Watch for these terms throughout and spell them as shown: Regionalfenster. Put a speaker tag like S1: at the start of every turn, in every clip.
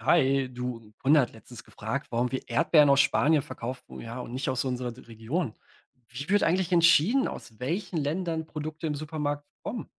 S1: Hi, du, 'n Kunde hat letztens gefragt, warum wir Erdbeeren aus Spanien verkaufen, ja, und nicht aus unserer Region. Wie wird eigentlich entschieden, aus welchen Ländern Produkte im Supermarkt kommen?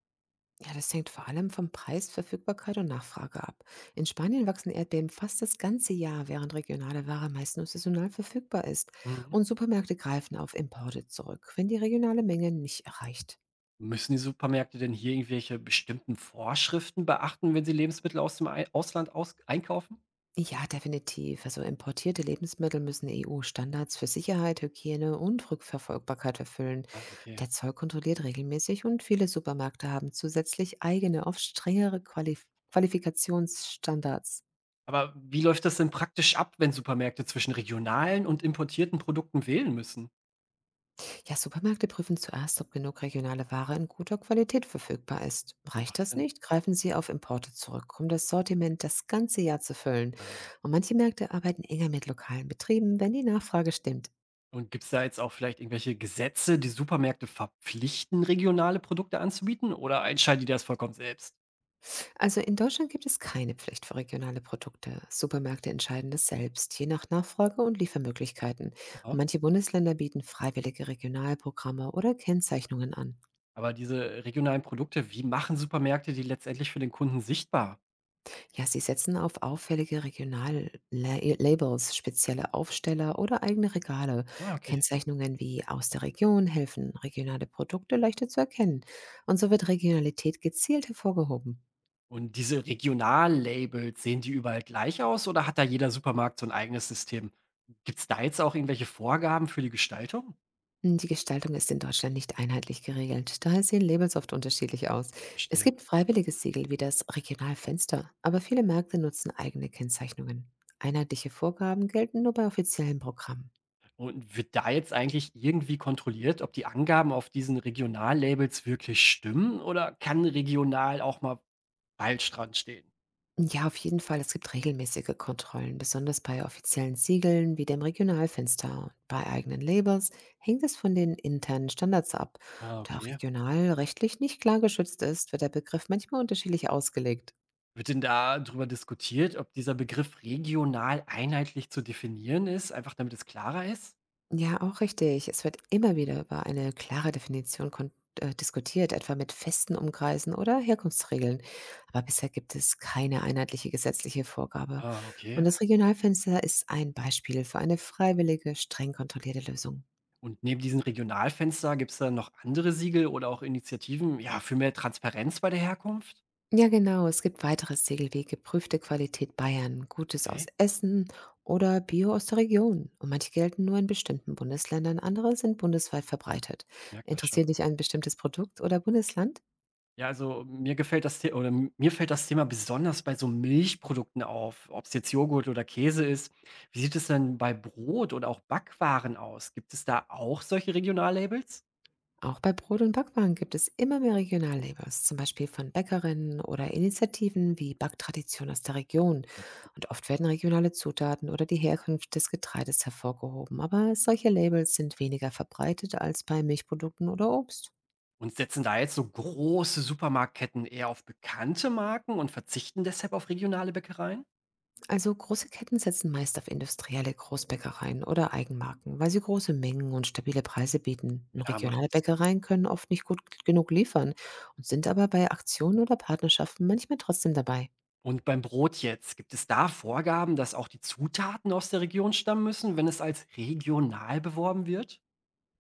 S2: Ja, das hängt vor allem vom Preis, Verfügbarkeit und Nachfrage ab. In Spanien wachsen Erdbeeren fast das ganze Jahr, während regionale Ware meist nur saisonal verfügbar ist.
S1: Mhm.
S2: Und Supermärkte greifen auf Importe zurück, wenn die regionale Menge nicht erreicht.
S1: Müssen die Supermärkte denn hier irgendwelche bestimmten Vorschriften beachten, wenn sie Lebensmittel aus dem Ei Ausland aus einkaufen?
S2: Ja, definitiv. Also importierte Lebensmittel müssen EU-Standards für Sicherheit, Hygiene und Rückverfolgbarkeit erfüllen.
S1: Ah, okay.
S2: Der Zoll kontrolliert regelmäßig und viele Supermärkte haben zusätzlich eigene, oft strengere Qualifikationsstandards.
S1: Aber wie läuft das denn praktisch ab, wenn Supermärkte zwischen regionalen und importierten Produkten wählen müssen?
S2: Ja, Supermärkte prüfen zuerst, ob genug regionale Ware in guter Qualität verfügbar ist. Reicht
S1: Macht
S2: das
S1: Sinn.
S2: nicht, greifen sie auf Importe zurück, um das Sortiment das ganze Jahr zu füllen.
S1: Ah.
S2: Und manche Märkte arbeiten enger mit lokalen Betrieben, wenn die Nachfrage stimmt.
S1: Und gibt's da jetzt auch vielleicht irgendwelche Gesetze, die Supermärkte verpflichten, regionale Produkte anzubieten, oder entscheiden die das vollkommen selbst?
S2: Also in Deutschland gibt es keine Pflicht für regionale Produkte. Supermärkte entscheiden das selbst, je nach Nachfrage und Liefermöglichkeiten. Und
S1: Aha.
S2: manche Bundesländer bieten freiwillige Regionalprogramme oder Kennzeichnungen an.
S1: Aber diese regionalen Produkte, wie machen Supermärkte die letztendlich für den Kunden sichtbar?
S2: Ja, sie setzen auf auffällige regionale Labels, spezielle Aufsteller oder eigene Regale.
S1: Ah, okay.
S2: Kennzeichnungen wie aus der Region helfen, regionale Produkte leichter zu erkennen. Und so wird Regionalität gezielt hervorgehoben.
S1: Und diese Regionallabels, sehen die überall gleich aus oder hat da jeder Supermarkt so ein eigenes System? Gibt's da jetzt auch irgendwelche Vorgaben für die Gestaltung?
S2: Die Gestaltung ist in Deutschland nicht einheitlich geregelt, daher sehen Labels oft unterschiedlich aus. Es
S1: Verstehe.
S2: gibt freiwillige Siegel wie das Regionalfenster, aber viele Märkte nutzen eigene Kennzeichnungen. Einheitliche Vorgaben gelten nur bei offiziellen Programmen.
S1: Und wird da jetzt eigentlich irgendwie kontrolliert, ob die Angaben auf diesen Regionallabels wirklich stimmen, oder kann regional auch mal Waldstrand stehen.
S2: Ja, auf jeden Fall. Es gibt regelmäßige Kontrollen, besonders bei offiziellen Siegeln wie dem Regionalfenster. Bei eigenen Labels hängt es von den internen Standards ab.
S1: Ah,
S2: Da
S1: okay.
S2: regional rechtlich nicht klar geschützt ist, wird der Begriff manchmal unterschiedlich ausgelegt.
S1: Wird denn da drüber diskutiert, ob dieser Begriff regional einheitlich zu definieren ist, einfach damit es klarer ist?
S2: Ja, auch richtig. Es wird immer wieder über eine klare Definition diskutiert, etwa mit festen Umkreisen oder Herkunftsregeln. Aber bisher gibt es keine einheitliche gesetzliche Vorgabe.
S1: Ah,
S2: Und
S1: okay.
S2: das Regionalfenster ist ein Beispiel für eine freiwillige, streng kontrollierte Lösung.
S1: Und neben diesem Regionalfenster, gibt es da noch andere Siegel oder auch Initiativen, ja, für mehr Transparenz bei der Herkunft?
S2: Ja, genau. Es gibt weitere Segelwege, geprüfte Qualität Bayern, Gutes aus
S1: Okay,
S2: Essen oder Bio aus der Region. Und manche gelten nur in bestimmten Bundesländern, andere sind bundesweit verbreitet.
S1: ich merke das schon.
S2: Interessiert dich ein bestimmtes Produkt oder Bundesland?
S1: Ja, also mir fällt das Thema besonders bei so Milchprodukten auf, ob es jetzt Joghurt oder Käse ist. Wie sieht es denn bei Brot oder auch Backwaren aus? Gibt es da auch solche Regionallabels?
S2: Auch bei Brot- und Backwaren gibt es immer mehr Regionallabels, zum Beispiel von Bäckerinnen oder Initiativen wie Backtradition aus der Region. Und oft werden regionale Zutaten oder die Herkunft des Getreides hervorgehoben, aber solche Labels sind weniger verbreitet als bei Milchprodukten oder Obst.
S1: Und setzen da jetzt so große Supermarktketten eher auf bekannte Marken und verzichten deshalb auf regionale Bäckereien?
S2: Also große Ketten setzen meist auf industrielle Großbäckereien oder Eigenmarken, weil sie große Mengen und stabile Preise bieten. Und
S1: Ja, macht
S2: regionale
S1: auch Sinn.
S2: Bäckereien können oft nicht gut genug liefern und sind aber bei Aktionen oder Partnerschaften manchmal trotzdem dabei.
S1: Und beim Brot jetzt, gibt es da Vorgaben, dass auch die Zutaten aus der Region stammen müssen, wenn es als regional beworben wird?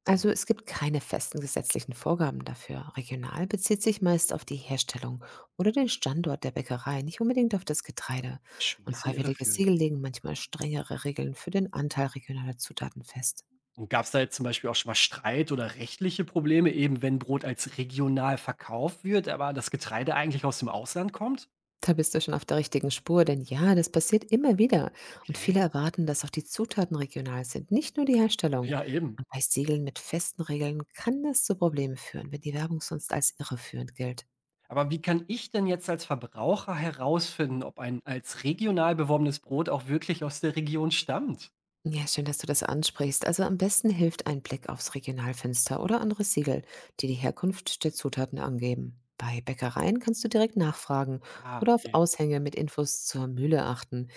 S2: Also es gibt keine festen gesetzlichen Vorgaben dafür. Regional bezieht sich meist auf die Herstellung oder den Standort der Bäckerei, nicht unbedingt auf das Getreide.
S1: Schon ein
S2: Und
S1: bisschen
S2: freiwillige
S1: irreführend.
S2: Siegel legen manchmal strengere Regeln für den Anteil regionaler Zutaten fest.
S1: Und gab es da jetzt zum Beispiel auch schon mal Streit oder rechtliche Probleme, eben wenn Brot als regional verkauft wird, aber das Getreide eigentlich aus dem Ausland kommt?
S2: Da bist du schon auf der richtigen Spur, denn ja, das passiert immer wieder. Und
S1: Okay.
S2: viele erwarten, dass auch die Zutaten regional sind, nicht nur die Herstellung.
S1: Ja, eben.
S2: Und bei Siegeln mit festen Regeln kann das zu Problemen führen, wenn die Werbung sonst als irreführend gilt.
S1: Aber wie kann ich denn jetzt als Verbraucher herausfinden, ob ein als regional beworbenes Brot auch wirklich aus der Region stammt?
S2: Ja, schön, dass du das ansprichst. Also am besten hilft ein Blick aufs Regionalfenster oder andere Siegel, die die Herkunft der Zutaten angeben. Bei Bäckereien kannst du direkt nachfragen
S1: Ah,
S2: oder auf
S1: okay.
S2: Aushänge mit Infos zur Mühle achten.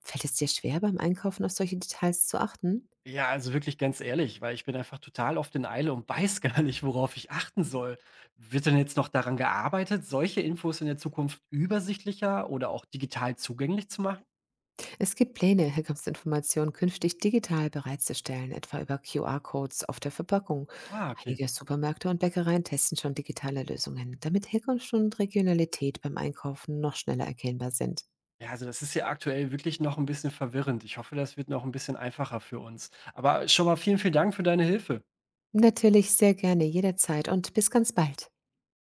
S2: Fällt es dir schwer, beim Einkaufen auf solche Details zu achten?
S1: Ja, also wirklich ganz ehrlich, weil ich bin einfach total oft in Eile und weiß gar nicht, worauf ich achten soll. Wird denn jetzt noch daran gearbeitet, solche Infos in der Zukunft übersichtlicher oder auch digital zugänglich zu machen?
S2: Es gibt Pläne, Herkunftsinformationen künftig digital bereitzustellen, etwa über QR-Codes auf der Verpackung.
S1: Ah, okay.
S2: Einige Supermärkte und Bäckereien testen schon digitale Lösungen, damit Herkunft und Regionalität beim Einkaufen noch schneller erkennbar sind.
S1: Ja, also das ist ja aktuell wirklich noch ein bisschen verwirrend. Ich hoffe, das wird noch ein bisschen einfacher für uns. Aber schon mal vielen, vielen Dank für deine Hilfe.
S2: Natürlich sehr gerne jederzeit und bis ganz bald.